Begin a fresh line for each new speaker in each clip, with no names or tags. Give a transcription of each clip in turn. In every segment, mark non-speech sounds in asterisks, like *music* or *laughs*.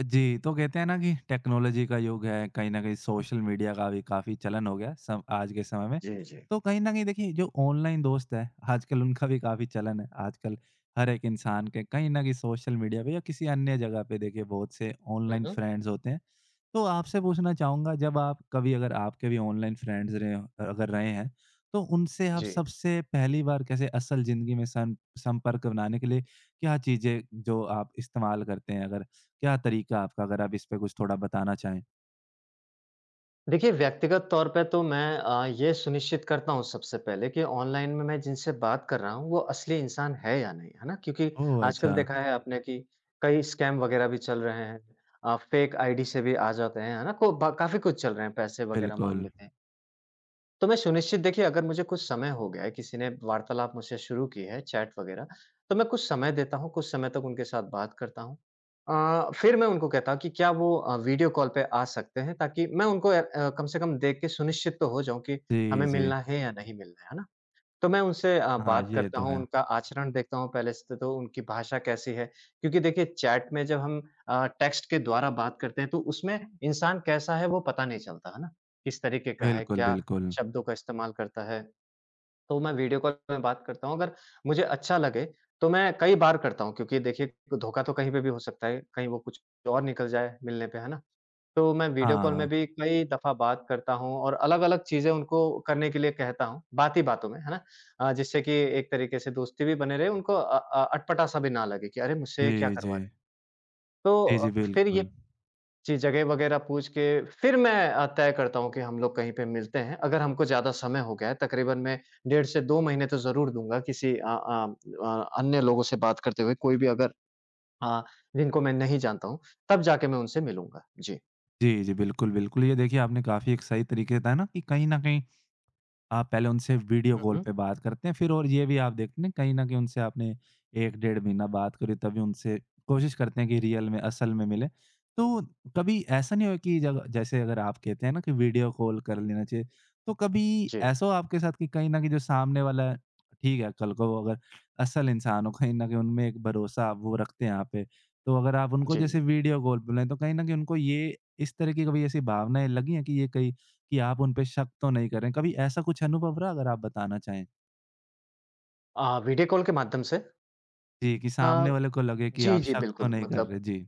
जी, तो कहते हैं ना कि टेक्नोलॉजी का युग है, कहीं न कहीं सोशल मीडिया का भी काफ़ी चलन हो गया है सम आज के समय में।
जी, जी।
तो कहीं न कहीं देखिए जो ऑनलाइन दोस्त है, आजकल उनका भी काफ़ी चलन है। आजकल हर एक इंसान के कहीं न कहीं सोशल मीडिया पे या किसी अन्य जगह पे देखिए बहुत से
हुँ,
ऑनलाइन
हुँ।
फ्रेंड्स होते हैं। तो आपसे पूछना चाहूँगा जब आप कभी अगर आपके भी ऑनलाइन फ्रेंड्स रहे हों अगर रहे हैं, तो उनसे आप
जी।
सबसे पहली बार कैसे असल ज़िंदगी में सं संपर्क बनाने के लिए क्या चीज़ें जो आप इस्तेमाल करते हैं अगर क्या तरीका है आपका? अगर आप इस पे कुछ थोड़ा बताना चाहें।
देखिए, व्यक्तिगत तौर पे तो मैं ये सुनिश्चित करता हूँ सबसे पहले कि ऑनलाइन में मैं जिनसे बात कर रहा हूँ, वो असली इंसान है या नहीं, है ना? क्योंकि
ओह! अच्छा,
आजकल देखा है आपने कि कई स्कैम वगैरह भी चल रहे हैं। फ़ेक आईडी से भी आ जाते हैं, है ना? को ब काफ़ी कुछ चल रहे हैं, पैसे वगैरह माँग
बिल्कुल।
लेते हैं। तो मैं सुनिश्चित देखिए अगर मुझे कुछ समय हो गया है, किसी ने वार्तालाप मुझसे शुरू की है, चैट वगैरह, तो मैं कुछ समय देता हूँ, कुछ समय तक उनके साथ बात करता हूँ। फिर मैं उनको कहता हूँ कि क्या वो वीडियो कॉल पे आ सकते हैं ताकि मैं उनको कम से कम देख के सुनिश्चित तो हो जाऊँ कि
जी,
हमें
जी।
मिलना है या नहीं मिलना है ना? तो मैं उनसे
हाँ,
बात
ये
करता
तो
हूँ,
है।
उनका आचरण देखता हूँ पहले से तो उनकी भाषा कैसी है। क्योंकि देखिए चैट में जब हम टेक्स्ट के द्वारा बात करते हैं तो उसमें इंसान कैसा है वो पता नहीं चलता, है ना? किस तरीके का है,
बिल्कुल,
क्या
बिल्कुल।
शब्दों का इस्तेमाल करता है। तो मैं वीडियो कॉल में बात करता हूँ, अगर मुझे अच्छा लगे तो मैं कई बार करता हूँ क्योंकि देखिए धोखा तो कहीं पे भी हो सकता है, कहीं वो कुछ और निकल जाए मिलने पे, है ना? तो मैं वीडियो कॉल में
हाँ।
भी कई दफ़ा बात करता हूँ और अलग-अलग चीज़ें उनको करने के लिए कहता हूँ, बात ही बातों में, है ना? जिससे कि एक तरीके से दोस्ती भी बने रहे, उनको अटपटा-सा भी ना लगे कि अरे! मुझसे ये क्या
जी, जी।
करवा रहे हैं। तो
जी, जी,
फिर ये
बिल्कुल।
जी, जगह वगैरह पूछ के फिर मैं तय करता हूँ कि हम लोग कहीं पे मिलते हैं। अगर हमको ज़्यादा समय हो गया है, तकरीबन मैं डेढ़ से 2 महीने तो ज़रूर दूँगा किसी अन्य लोगों से बात करते हुए, कोई भी अगर अ, जिनको मैं नहीं जानता हूँ, तब जाके मैं उनसे मिलूँगा। जी।
जी, जी, बिल्कुल, बिल्कुल। ये देखिए आपने काफ़ी एक सही तरीके से बताया ना कि कहीं न कहीं आप पहले उनसे वीडियो
हुँ,
कॉल
हुँ।
पे बात करते हैं, फिर और ये भी आप देखते हैं ना कहीं न कहीं उनसे आपने 1 डेढ़ महीना बात करी तभी उनसे कोशिश करते हैं कि रियल में, असल में मिलें। तो कभी ऐसा नहीं हुआ कि जब जैसे अगर आप कहते हैं ना कि वीडियो कॉल कर लेना चाहिए, तो कभी
जी।
ऐसा हुआ आपके साथ कि कहीं न कहीं जो सामने वाला है, ठीक है, कल को वो अगर असल इंसान हो, कहीं न कहीं उनमें एक भरोसा आप वो रखते हैं आप पे, तो अगर आप उनको
जी,
जैसे
जी।
वीडियो कॉल बुलाएँ, तो कहीं न कहीं उनको ये इस तरह की कभी ऐसी भावनाएँ लगी हैं कि ये कहीं कि आप उन पे शक तो नहीं कर रहे हैं। कभी ऐसा कुछ अनुभव रहा अगर आप बताना चाहें?
वीडियो कॉल के माध्यम से?
जी, कि
अ,
सामने वाले को लगे कि
जी,
आप
जी,
शक तो
बिल्कुल
नहीं कर रहे।
मतलब
जी।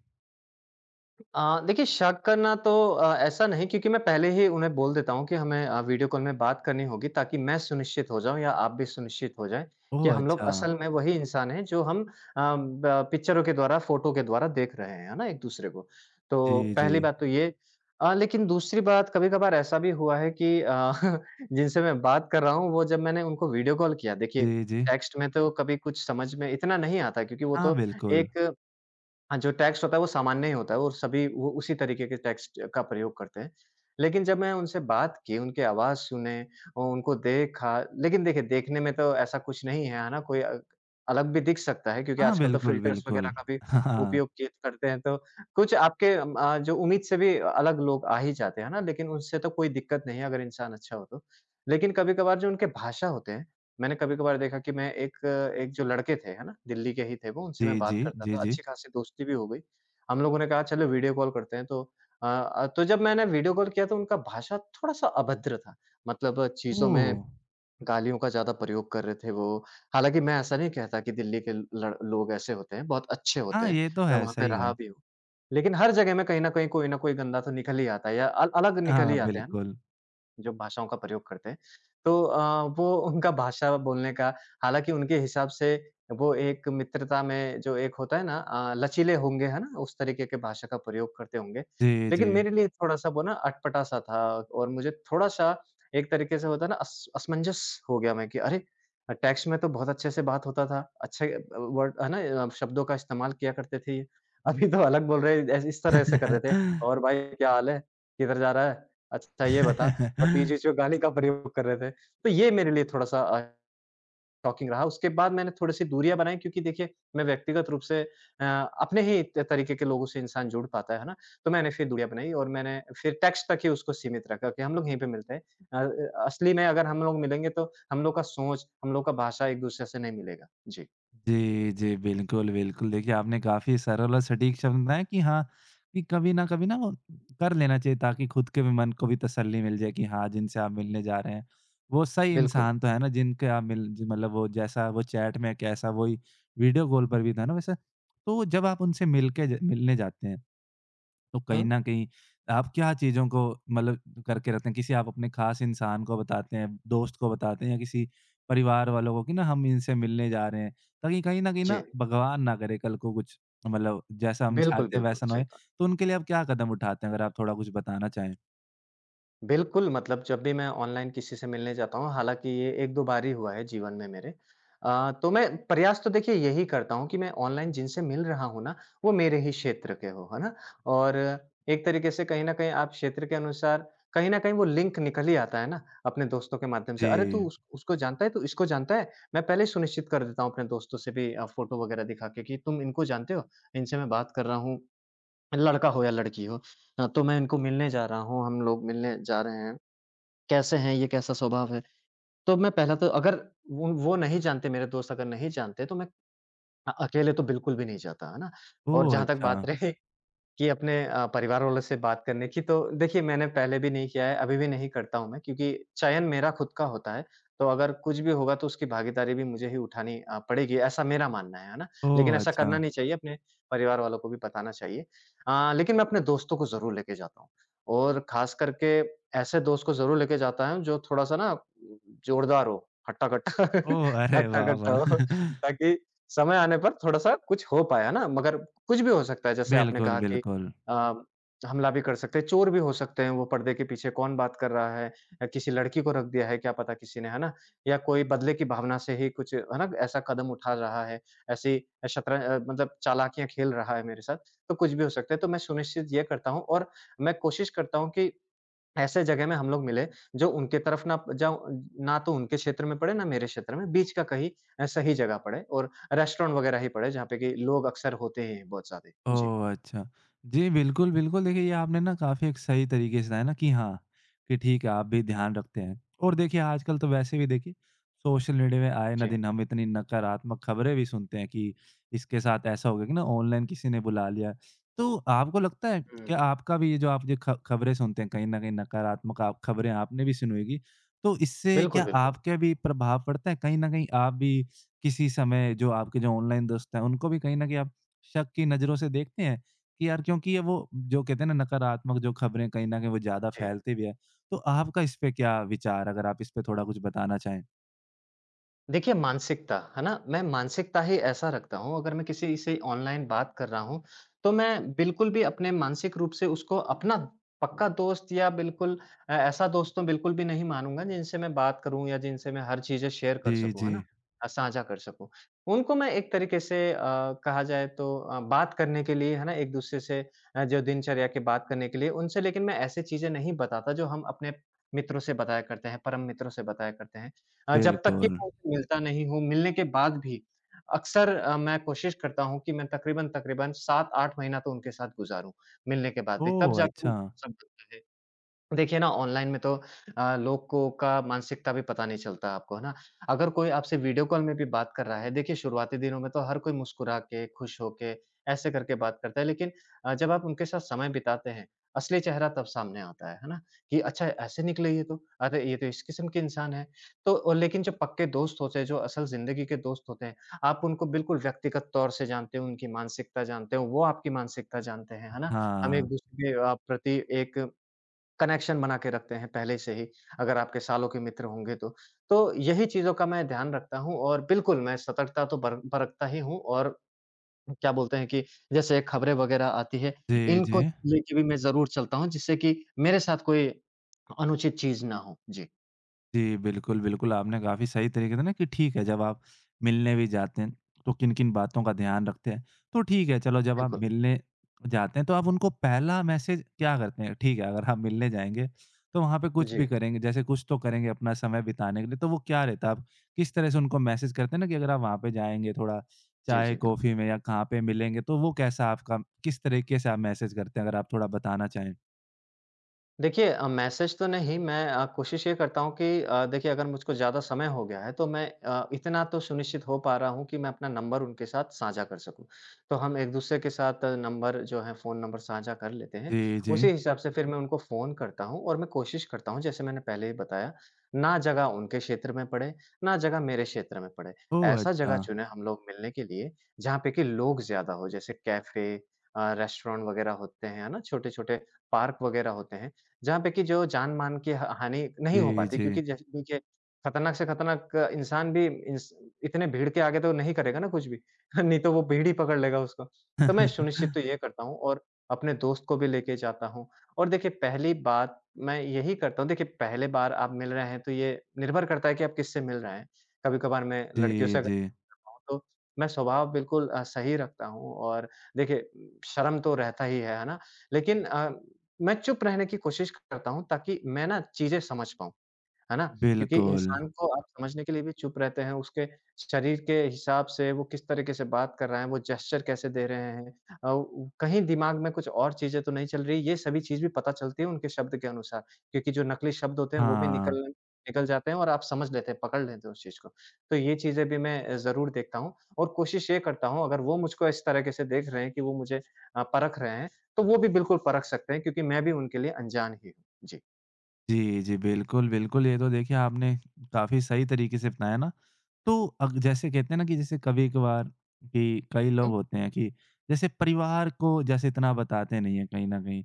देखिए शक करना तो ऐसा नहीं क्योंकि मैं पहले ही उन्हें बोल देता हूँ कि हमें वीडियो कॉल में बात करनी होगी ताकि मैं सुनिश्चित हो जाऊँ या आप भी सुनिश्चित हो जाएँ कि
ओह!
हम लोग
अच्छा।
असल में वही इंसान हैं जो हम अ, ब पिक्चरों के द्वारा, फ़ोटो के द्वारा देख रहे हैं, है ना? एक-दूसरे को। तो
जी, जी।
पहली बात तो ये लेकिन दूसरी बात कभी-कभार ऐसा भी हुआ है कि *laughs* जिनसे मैं बात कर रहा हूँ वो जब मैंने उनको वीडियो कॉल किया देखिए,
जी, जी।
टेक्स्ट में तो कभी कुछ समझ में इतना नहीं आता क्योंकि वो
हाँ,
तो
बिल्कुल।
एक हाँ, जो टेक्स्ट होता है वो सामान्य ही होता है और सभी वो उसी तरीके के टेक्स्ट का प्रयोग करते हैं। लेकिन जब मैं उनसे बात की, उनकी आवाज़ सुने और उनको देखा लेकिन देखिए देखने में तो ऐसा कुछ नहीं है, है ना? कोई अलग भी दिख सकता है क्योंकि
हाँ,
आजकल तो
बिल्कुल,
फ़िल्टर्स वग़ैरह
बिल्कुल।
का भी
हाँ।
उपयोग किए करते हैं तो कुछ आपके जो उम्मीद से भी अलग लोग आ ही जाते हैं, है ना? लेकिन उससे तो कोई दिक्कत नहीं है अगर इंसान अच्छा हो तो। लेकिन कभी-कभार जो उनके भाषा होते हैं मैंने कभी-कभार देखा कि मैं एक एक जो लड़के थे, है ना? दिल्ली के ही थे वो, उनसे
जी,
मैं बात
जी।
करता
जी,
था,
जी।
अच्छी-खासी दोस्ती भी हो गई। हम लोगों ने कहा चलो वीडियो कॉल करते हैं तो तो जब मैंने वीडियो कॉल किया तो उनका भाषा थोड़ा-सा अभद्र था। मतलब चीज़ों
ओह!
में गालियों का ज़्यादा प्रयोग कर रहे थे वो। हालाँकि मैं ऐसा नहीं कहता कि दिल्ली के लड़ लोग ऐसे होते हैं, बहुत अच्छे होते
हाँ,
हैं,
ये तो
मैं
है,
वहाँ पे
सही
रहा
है।
भी हूँ। लेकिन हर जगह में कहीं न कहीं कोई न कोई गंदा तो निकल ही आता है या अल अलग निकल
हाँ,
ही आते हैं।
बिल्कुल।
जो भाषाओं का प्रयोग करते हैं। तो वो उनका भाषा बोलने का हालाँकि उनके हिसाब से वो एक मित्रता में जो एक होता है ना लचीले होंगे, है ना? उस तरीके के भाषा का प्रयोग करते होंगे।
जी, जी।
लेकिन मेरे लिए थोड़ा-सा वो ना अटपटा-सा था और मुझे थोड़ा-सा एक तरीके से होता है ना अस असमंजस हो गया मैं कि अरे! टेक्स्ट में तो बहुत अच्छे से बात होता था, अच्छे वर्ड है ना शब्दों का इस्तेमाल किया करते थे ये। अभी तो अलग बोल रहे हैं, ऐसे इस तरह से कर रहे थे।
*laughs*
और भाई क्या हाल है? किधर जा रहा है? अच्छा ये बता। और बीच-बीच में गाने का प्रयोग कर रहे थे। तो ये मेरे लिए थोड़ा-सा शॉकिंग रहा। उसके बाद मैंने थोड़ी-सी दूरियाँ बनाई क्योंकि देखिए, मैं व्यक्तिगत रूप से अपने ही त तरीके के लोगों से इंसान जुड़ पाता है ना? तो मैंने फिर दूरियाँ बनाई और मैंने फिर टेक्स्ट तक ही उसको सीमित रखा कि हम लोग यहीं पे मिलते हैं। असली में अगर हम लोग मिलेंगे तो हम लोग का सोच, हम लोग का भाषा एक-दूसरे से नहीं मिलेगा। जी,
जी, जी। बिल्कुल, बिल्कुल। देखिए, आपने काफ़ी सरल और सटीक शब्द बताए कि हाँ, कि कभी ना कभी ना वो कर लेना चाहिए ताकि खुद के भी मन को भी तसल्ली मिल जाए कि हाँ, जिनसे आप मिलने जा रहे हैं, वो सही
बिल्कुल।
इंसान तो है ना जिनके आप मिल जी मतलब वो जैसा वो चैट में कैसा वही वीडियो कॉल पर भी था ना वैसा। तो जब आप उनसे मिल के ज मिलने जाते हैं तो कहीं
हुँ,
न कहीं आप क्या चीज़ों को मतलब करके रखते हैं? किसी आप अपने ख़ास इंसान को बताते हैं, दोस्त को बताते हैं या किसी परिवार वालों को कि ना हम इनसे मिलने जा रहे हैं, ताकि कहीं न कहीं
जी।
ना भगवान ना करे कल को कुछ मतलब जैसा हम
बिल्कुल,
चाहते हैं
बिल्कुल,
वैसा ना
सही
होए,
बात।
तो उनके लिए आप क्या कदम उठाते हैं? अगर आप थोड़ा कुछ बताना चाहें?
बिल्कुल, मतलब जब भी मैं ऑनलाइन किसी से मिलने जाता हूँ, हालाँकि ये 1-2 बार ही हुआ है जीवन में मेरे। तो मैं प्रयास तो देखिए यही करता हूँ कि मैं ऑनलाइन जिनसे मिल रहा हूँ ना, वो मेरे ही क्षेत्र के हों, है ना? और एक तरीके से कहीं न कहीं आप क्षेत्र के अनुसार कहीं न कहीं वो लिंक निकल ही आता है ना, अपने दोस्तों के माध्यम से। "अरे! तू
जी।
उस उसको जानता है, तू इसको जानता है?" मैं पहले ही सुनिश्चित कर देता हूँ अपने दोस्तों से भी फ़ोटो वगैरह दिखा के कि, "तुम इनको जानते हो? इनसे मैं बात कर रहा हूँ, लड़का हो या लड़की हो। तो मैं इनको मिलने जा रहा हूँ, हम लोग मिलने जा रहे हैं।" कैसे हैं, ये कैसा स्वभाव है? तो मैं पहला तो अगर वो वो नहीं जानते मेरे दोस्त अगर नहीं जानते तो मैं अकेले तो बिल्कुल भी नहीं जाता, है ना? और
ओह!
जहाँ तक
अच्छा।
बात रही कि अपने परिवार वालों से बात करने की तो देखिए मैंने पहले भी नहीं किया है, अभी भी नहीं करता हूँ मैं क्योंकि चयन मेरा खुद का होता है। तो अगर कुछ भी होगा तो उसकी भागीदारी भी मुझे ही उठानी पड़ेगी ऐसा मेरा मानना है ना? लेकिन
ओह!
ऐसा
अच्छा।
करना नहीं चाहिए, अपने परिवार वालों को भी बताना चाहिए। लेकिन मैं अपने दोस्तों को ज़रूर लेके जाता हूँ और ख़ास करके ऐसे दोस्त को ज़रूर लेके जाता हूँ जो थोड़ा-सा ना जोरदार हो, हट्टा-कट्टा
ओह! अरे वाह,
हट्टा-कट्टा
वाह!
*laughs* हो
*laughs*
ताकि समय आने पर थोड़ा-सा कुछ हो पाए, है ना? मगर कुछ भी हो सकता है जैसे आपने
बिल्कुल,
कहा कि
बिल्कुल।
अ, हमला भी कर सकते हैं, चोर भी हो सकते हैं वो पर्दे के पीछे कौन बात कर रहा है किसी लड़की को रख दिया है क्या पता किसी ने, है ना? या कोई बदले की भावना से ही कुछ है ना, ऐसा कदम उठा रहा है, ऐसी मतलब चालाकियाँ खेल रहा है मेरे साथ, तो कुछ भी हो सकता है। तो मैं सुनिश्चित ये करता हूँ और मैं कोशिश करता हूँ कि ऐसे जगह में हम लोग मिले जो उनके तरफ ना जाऊँ ना तो उनके क्षेत्र में पड़े ना मेरे क्षेत्र में, बीच का कहीं सही जगह पड़े और रेस्टोरेंट वगैरह ही पड़े जहाँ पे कि लोग अक्सर होते ही हैं बहुत ज़्यादा। जी।
ओह! अच्छा। जी, बिल्कुल, बिल्कुल। देखिए, ये आपने ना काफ़ी एक सही तरीके से बताया ना कि हाँ, कि ठीक है, आप भी ध्यान रखते हैं। और देखिए, आजकल तो वैसे भी देखिए, सोशल मीडिया में आए ना दिन हम इतनी नकारात्मक खबरें भी सुनते हैं कि इसके साथ ऐसा हो गया कि ना ऑनलाइन किसी ने बुला लिया। तो आपको लगता है,
जी।
क्या आपका भी ये जो आप ये ख खबरें सुनते हैं, कहीं न कहीं नकारात्मक आप खबरें आपने भी सुनी होगी, तो इससे
बिल्कुल,
क्या
बिल्कुल।
आपके भी प्रभाव पड़ता है? कहीं न कहीं आप भी किसी समय जो आपके जो ऑनलाइन दोस्त हैं, उनको भी कहीं न कहीं आप शक की नज़रों से देखते हैं कि यार क्योंकि ये वो जो कहते हैं ना नकारात्मक जो खबरें कहीं न कहीं वो ज़्यादा
जी।
फैलती भी है। तो आपका इस पे क्या विचार अगर आप इस पे थोड़ा कुछ बताना चाहें?
देखिए मानसिकता, है ना? मैं मानसिकता ही ऐसा रखता हूँ अगर मैं किसी से ऑनलाइन बात कर रहा हूँ, तो मैं बिल्कुल भी अपने मानसिक रूप से उसको अपना पक्का दोस्त या बिल्कुल ऐसा दोस्त तो बिल्कुल भी नहीं मानूँगा जिनसे मैं बात करूँ या जिनसे मैं हर चीज़ें शेयर कर
जी,
सकूँ, है
जी।
ना? साझा कर सकूँ। उनको मैं एक तरीके से कहा जाए तो बात करने के लिए है ना एक-दूसरे से जो दिनचर्या की बात करने के लिए उनसे लेकिन मैं ऐसी चीज़ें नहीं बताता जो हम अपने मित्रों से बताया करते हैं, परम मित्रों से बताया करते हैं। जब तक कि
बिल्कुल।
मैं उनसे मिलता नहीं हूँ, मिलने के बाद भी अक्सर मैं कोशिश करता हूँ कि मैं तकरीबन-तकरीबन 7-8 महीना तो उनके साथ गुज़ारूँ, मिलने के बाद भी, तब
ओह!
जाके वो
अच्छा।
भरोसा बनता है। देखिए ना ऑनलाइन में तो लोग को का मानसिकता भी पता नहीं चलता आपको, है ना? अगर कोई आपसे वीडियो कॉल में भी बात कर रहा है, देखिए शुरुआती दिनों में तो हर कोई मुस्कुरा के, खुश होके, ऐसे करके बात करता है लेकिन जब आप उनके साथ समय बिताते हैं, असली चेहरा तब सामने आता है ना? कि अच्छा ऐसे निकले ये तो, अरे! ये तो इस किस्म के इंसान है। तो और लेकिन जो पक्के दोस्त होते हैं, जो असल ज़िंदगी के दोस्त होते हैं, आप उनको बिल्कुल व्यक्तिगत तौर से जानते हो, उनकी मानसिकता जानते हो, वो आपकी मानसिकता जानते हैं, है ना? हम
हाँ।
एक-दूसरे के प्रति एक कनेक्शन बना के रखते हैं पहले से ही, अगर आपके सालों के मित्र होंगे तो। तो यही चीज़ों का मैं ध्यान रखता हूँ और बिल्कुल मैं सतर्कता तो बर बरतता ही हूँ और क्या बोलते हैं कि जैसे खबरें वगैरह आती है,
जी,
इनको
जी।
लेके भी मैं ज़रूर चलता हूँ जिससे कि मेरे साथ कोई अनुचित चीज़ ना हो। जी,
जी, बिल्कुल, बिल्कुल, आपने काफ़ी सही तरीके से ना कि ठीक है, जब आप मिलने भी जाते हैं, तो किन-किन बातों का ध्यान रखते हैं। तो ठीक है, चलो जब आप
बिल्कुल।
मिलने जाते हैं, तो आप उनको पहला मैसेज क्या करते हैं? ठीक है, अगर आप मिलने जाएँगे, तो वहाँ पे कुछ
जी।
भी करेंगे, जैसे कुछ तो करेंगे अपना समय बिताने के लिए, तो वो क्या रहता है? आप किस तरह से उनको मैसेज करते हैं ना कि अगर आप वहाँ पे जाएँगे, थोड़ा
जी,
चाय,
जी, बिल्कुल।
कॉफ़ी में या कहाँ पे मिलेंगे, तो वो कैसा आपका किस तरीके से आप मैसेज करते हैं? अगर आप थोड़ा बताना चाहें।
देखिए मैसेज तो नहीं मैं कोशिश ये करता हूँ कि देखिए अगर मुझको ज़्यादा समय हो गया है तो मैं इतना तो सुनिश्चित हो पा रहा हूँ कि मैं अपना नंबर उनके साथ साझा कर सकूँ। तो हम एक-दूसरे के साथ नंबर जो है फ़ोन नंबर साझा कर लेते हैं।
जी, जी।
उसी हिसाब से फिर मैं उनको फ़ोन करता हूँ और मैं कोशिश करता हूँ जैसे मैंने पहले ही बताया, ना जगह उनके क्षेत्र में पड़े, ना जगह मेरे क्षेत्र में पड़े।
ओह!
ऐसा
अच्छा।
जगह चुने हम लोग मिलने के लिए जहाँ पे कि लोग ज़्यादा हो जैसे कैफ़े रेस्टोरेंट वगैरह होते हैं, है ना? छोटे-छोटे पार्क वगैरह होते हैं। जहाँ पे कि जो जान-मान की ह हानि नहीं हो
जी,
पाती
जी।
क्योंकि जैसे देखिए खतरनाक से खतरनाक इंसान भी इंस इतने भीड़ के आगे तो नहीं करेगा ना कुछ भी। *laughs* नहीं तो वो भीड़ ही पकड़ लेगा उसको। तो मैं
*laughs*
सुनिश्चित तो ये करता हूँ और अपने दोस्त को भी लेके जाता हूँ। और देखिए पहली बात मैं यही करता हूँ देखिए पहले बार आप मिल रहे हैं तो ये निर्भर करता है कि आप किससे मिल रहे हैं। कभी-कभार मैं लड़कियों
जी,
से
जी।
रहा हूँ, तो मैं स्वभाव बिल्कुल सही रखता हूँ और देखिए शर्म तो रहता ही है ना? लेकिन मैं चुप रहने की कोशिश करता हूँ ताकि मैं ना चीज़ें समझ पाऊँ। है ना? क्योंकि
बिल्कुल।
इंसान को आप समझने के लिए भी चुप रहते हैं, उसके शरीर के हिसाब से वो किस तरीके से बात कर रहा है, वो जेस्चर कैसे दे रहे हैं अ, उ कहीं दिमाग में कुछ और चीज़ें तो नहीं चल रही, ये सभी चीज़ भी पता चलती है उनके शब्द के अनुसार। क्योंकि जो नकली शब्द होते हैं वो भी
हाँ।
निकल निकल जाते हैं और आप समझ लेते हैं, पकड़ लेते हैं उस चीज़ को। तो ये चीज़ें भी मैं ज़रूर देखता हूँ और कोशिश ये करता हूँ अगर वो मुझको इस तरीके से देख रहे हैं कि वो मुझे परख रहे हैं, तो वो भी बिल्कुल परख सकते हैं क्योंकि मैं भी उनके लिए अनजान ही हूँ। जी।
जी, जी। बिल्कुल, बिल्कुल। ये तो देखिए आपने काफ़ी सही तरीके से अपनाया ना। तो अग जैसे कहते हैं ना कि जैसे कभी-कभार कि कई लोग
हुँ?
होते हैं कि जैसे परिवार को जैसे इतना बताते नहीं हैं कहीं न कहीं।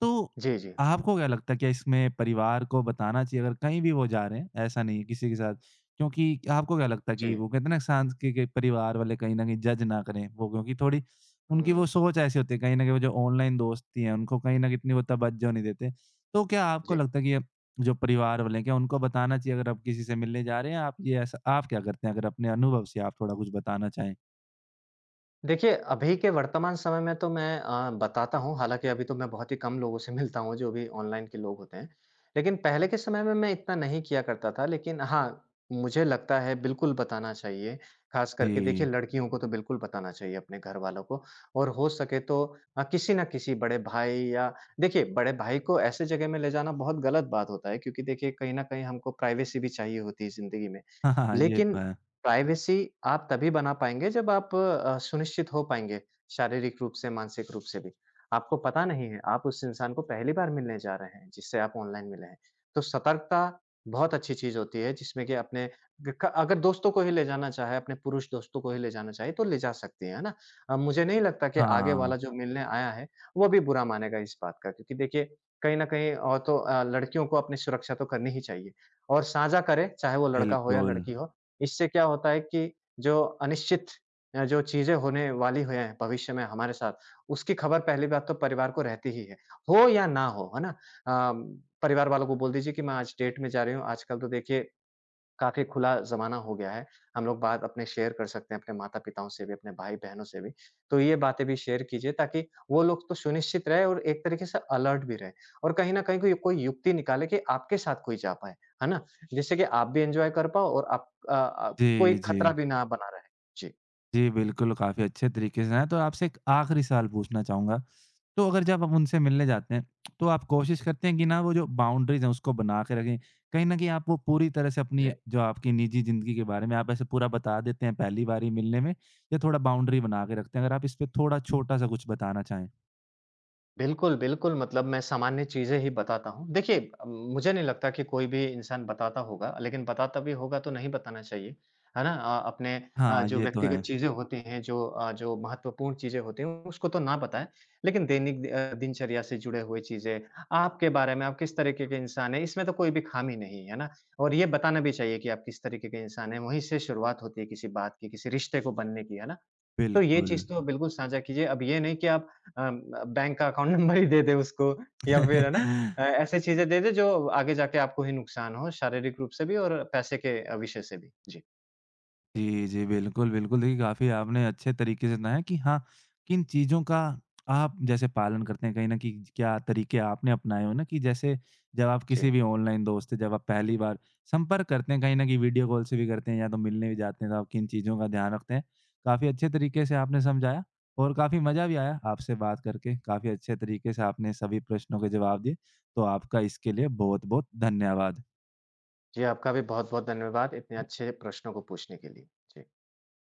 तो
जी, जी।
आपको क्या लगता है क्या इसमें परिवार को बताना चाहिए अगर कहीं भी वो जा रहे हैं, ऐसा नहीं है किसी के साथ? क्योंकि आपको क्या लगता है कि
जी।
वो कहते हैं ना सांस के परिवार वाले कहीं न कहीं जज ना करें, वो क्योंकि थोड़ी उनकी वो
हुँ,
सोच ऐसी होती है कहीं न कहीं वो जो ऑनलाइन दोस्ती है उनको कहीं न कहीं इतनी वो तवज्जो नहीं देते। तो क्या आपको
जी।
लगता है कि अब जो परिवार वाले हैं क्या उनको बताना चाहिए अगर आप किसी से मिलने जा रहे हैं? आप ये ऐसा आप क्या करते हैं अगर अपने अनुभव से आप थोड़ा कुछ बताना चाहें?
देखिए, अभी के वर्तमान समय में तो मैं बताता हूँ, हालाँकि अभी तो मैं बहुत ही कम लोगों से मिलता हूँ, जो भी ऑनलाइन के लोग होते हैं। लेकिन पहले के समय में मैं इतना नहीं किया करता था, लेकिन हाँ, मुझे लगता है बिल्कुल बताना चाहिए। ख़ास करके देखिए
जी।
लड़कियों को तो बिल्कुल बताना चाहिए अपने घरवालों को और हो सके तो किसी न किसी बड़े भाई या देखिए बड़े भाई को ऐसे जगह में ले जाना बहुत गलत बात होता है क्योंकि देखिए कहीं न कहीं हमको प्राइवेसी भी चाहिए होती है ज़िंदगी में।
*laughs* हाँ, हाँ, ये
लेकिन
तो है।
प्राइवेसी आप तभी बना पाएँगे जब आप सुनिश्चित हो पाएँगे, शारीरिक रूप से, मानसिक रूप से भी। आपको पता नहीं है, आप उस इंसान को पहली बार मिलने जा रहे हैं, जिससे आप ऑनलाइन मिले हैं। तो सतर्कता बहुत अच्छी चीज़ होती है जिसमें कि अपने ग क अगर दोस्तों को ही ले जाना चाहे, अपने पुरुष दोस्तों को ही ले जाना चाहे तो ले जा सकती हैं, है ना? मुझे नहीं लगता कि आगे
हाँ,
वाला जो मिलने आया है, वो भी बुरा मानेगा इस बात का क्योंकि देखिए कहीं न कहीं और तो लड़कियों को अपनी सुरक्षा तो करनी ही चाहिए और साझा करे, चाहे वो लड़का हो या
बिल्कुल।
लड़की हो, इससे क्या होता है कि जो अनिश्चित जो चीज़ें होने वाली हुए हैं भविष्य में हमारे साथ, उसकी खबर पहली बात तो परिवार को रहती ही है। हो या ना हो, है ना? अ, परिवार वालों को बोल दीजिए कि मैं आज डेट में जा रही हूँ। आजकल तो देखिए काफ़ी खुला ज़माना हो गया है। हम लोग बात अपने शेयर कर सकते हैं, अपने माता-पिताओं से भी, अपने भाई-बहनों से भी। तो ये बातें भी शेयर कीजिए ताकि वो लोग तो सुनिश्चित रहे और एक तरीके से अलर्ट भी रहे और कहीं न कहीं कोई कोई युक्ति निकाले कि आपके साथ कोई जा पाए, है ना? जिससे कि आप भी एन्जॉय कर पाओ और आप आप कोई
जी, जी।
खतरा भी ना बना रहे। जी,
जी, बिल्कुल, काफ़ी अच्छे तरीके से हैं। तो आपसे एक आखिरी सवाल पूछना चाहूँगा। तो अगर जब आप उनसे मिलने जाते हैं, तो आप कोशिश करते हैं कि ना वो जो बाउंड्रीज़ हैं उसको बना के रखें? कहीं न कहीं आप वो पूरी तरह से अपनी
जी।
जो आपकी निजी ज़िंदगी के बारे में आप ऐसे पूरा बता देते हैं पहली बार ही मिलने में या थोड़ा बाउंड्री बना के रखते हैं? अगर आप इस पे थोड़ा छोटा-सा कुछ बताना चाहें।
बिल्कुल, बिल्कुल, मतलब मैं सामान्य चीज़ें ही बताता हूँ। देखिए मुझे नहीं लगता कि कोई भी इंसान बताता होगा, लेकिन बताता भी होगा तो नहीं बताना चाहिए, है ना?
हाँ,
जो
ये तो
व्यक्तिगत
है।
चीज़ें होती हैं, जो महत्वपूर्ण चीज़ें होती हैं, उसको तो ना बताएँ। लेकिन दैनिक दिनचर्या से जुड़े हुए चीज़ें, आपके बारे में, आप किस तरीके के इंसान हैं, इसमें तो कोई भी खामी नहीं है, है ना? और ये बताना भी चाहिए कि आप किस तरीके के इंसान हैं, वहीं से शुरुआत होती है किसी बात की, किसी रिश्ते को बनने की, है ना? तो ये
बिल्कुल।
चीज़ तो बिल्कुल साझा कीजिए। अब ये नहीं कि आप अम, बैंक का अकाउंट नंबर ही दे दें उसको या फिर है ना
*laughs*
ऐसी चीज़ें दे दें जो आगे जाके आपको ही नुकसान हो, शारीरिक रूप से भी और पैसे के विषय से भी। जी,
जी, जी। बिल्कुल, बिल्कुल। देखिए, काफ़ी आपने अच्छे तरीके से बताया कि हाँ, किन चीज़ों का आप जैसे पालन करते हैं, कहीं न कहीं क्या तरीके आपने अपनाए हो ना कि जैसे जब आप किसी
जी।
भी ऑनलाइन दोस्त से जब आप पहली बार संपर्क करते हैं, कहीं न कहीं वीडियो कॉल से भी करते हैं या तो मिलने भी जाते हैं, तो आप किन चीज़ों का ध्यान रखते हैं। काफ़ी अच्छे तरीके से आपने समझाया और काफ़ी मज़ा भी आया आपसे बात करके। काफ़ी अच्छे तरीके से आपने सभी प्रश्नों के जवाब दिए, तो आपका इसके लिए बहुत-बहुत धन्यवाद।
जी, आपका भी बहुत-बहुत धन्यवाद इतने अच्छे प्रश्नों को पूछने के लिए। जी।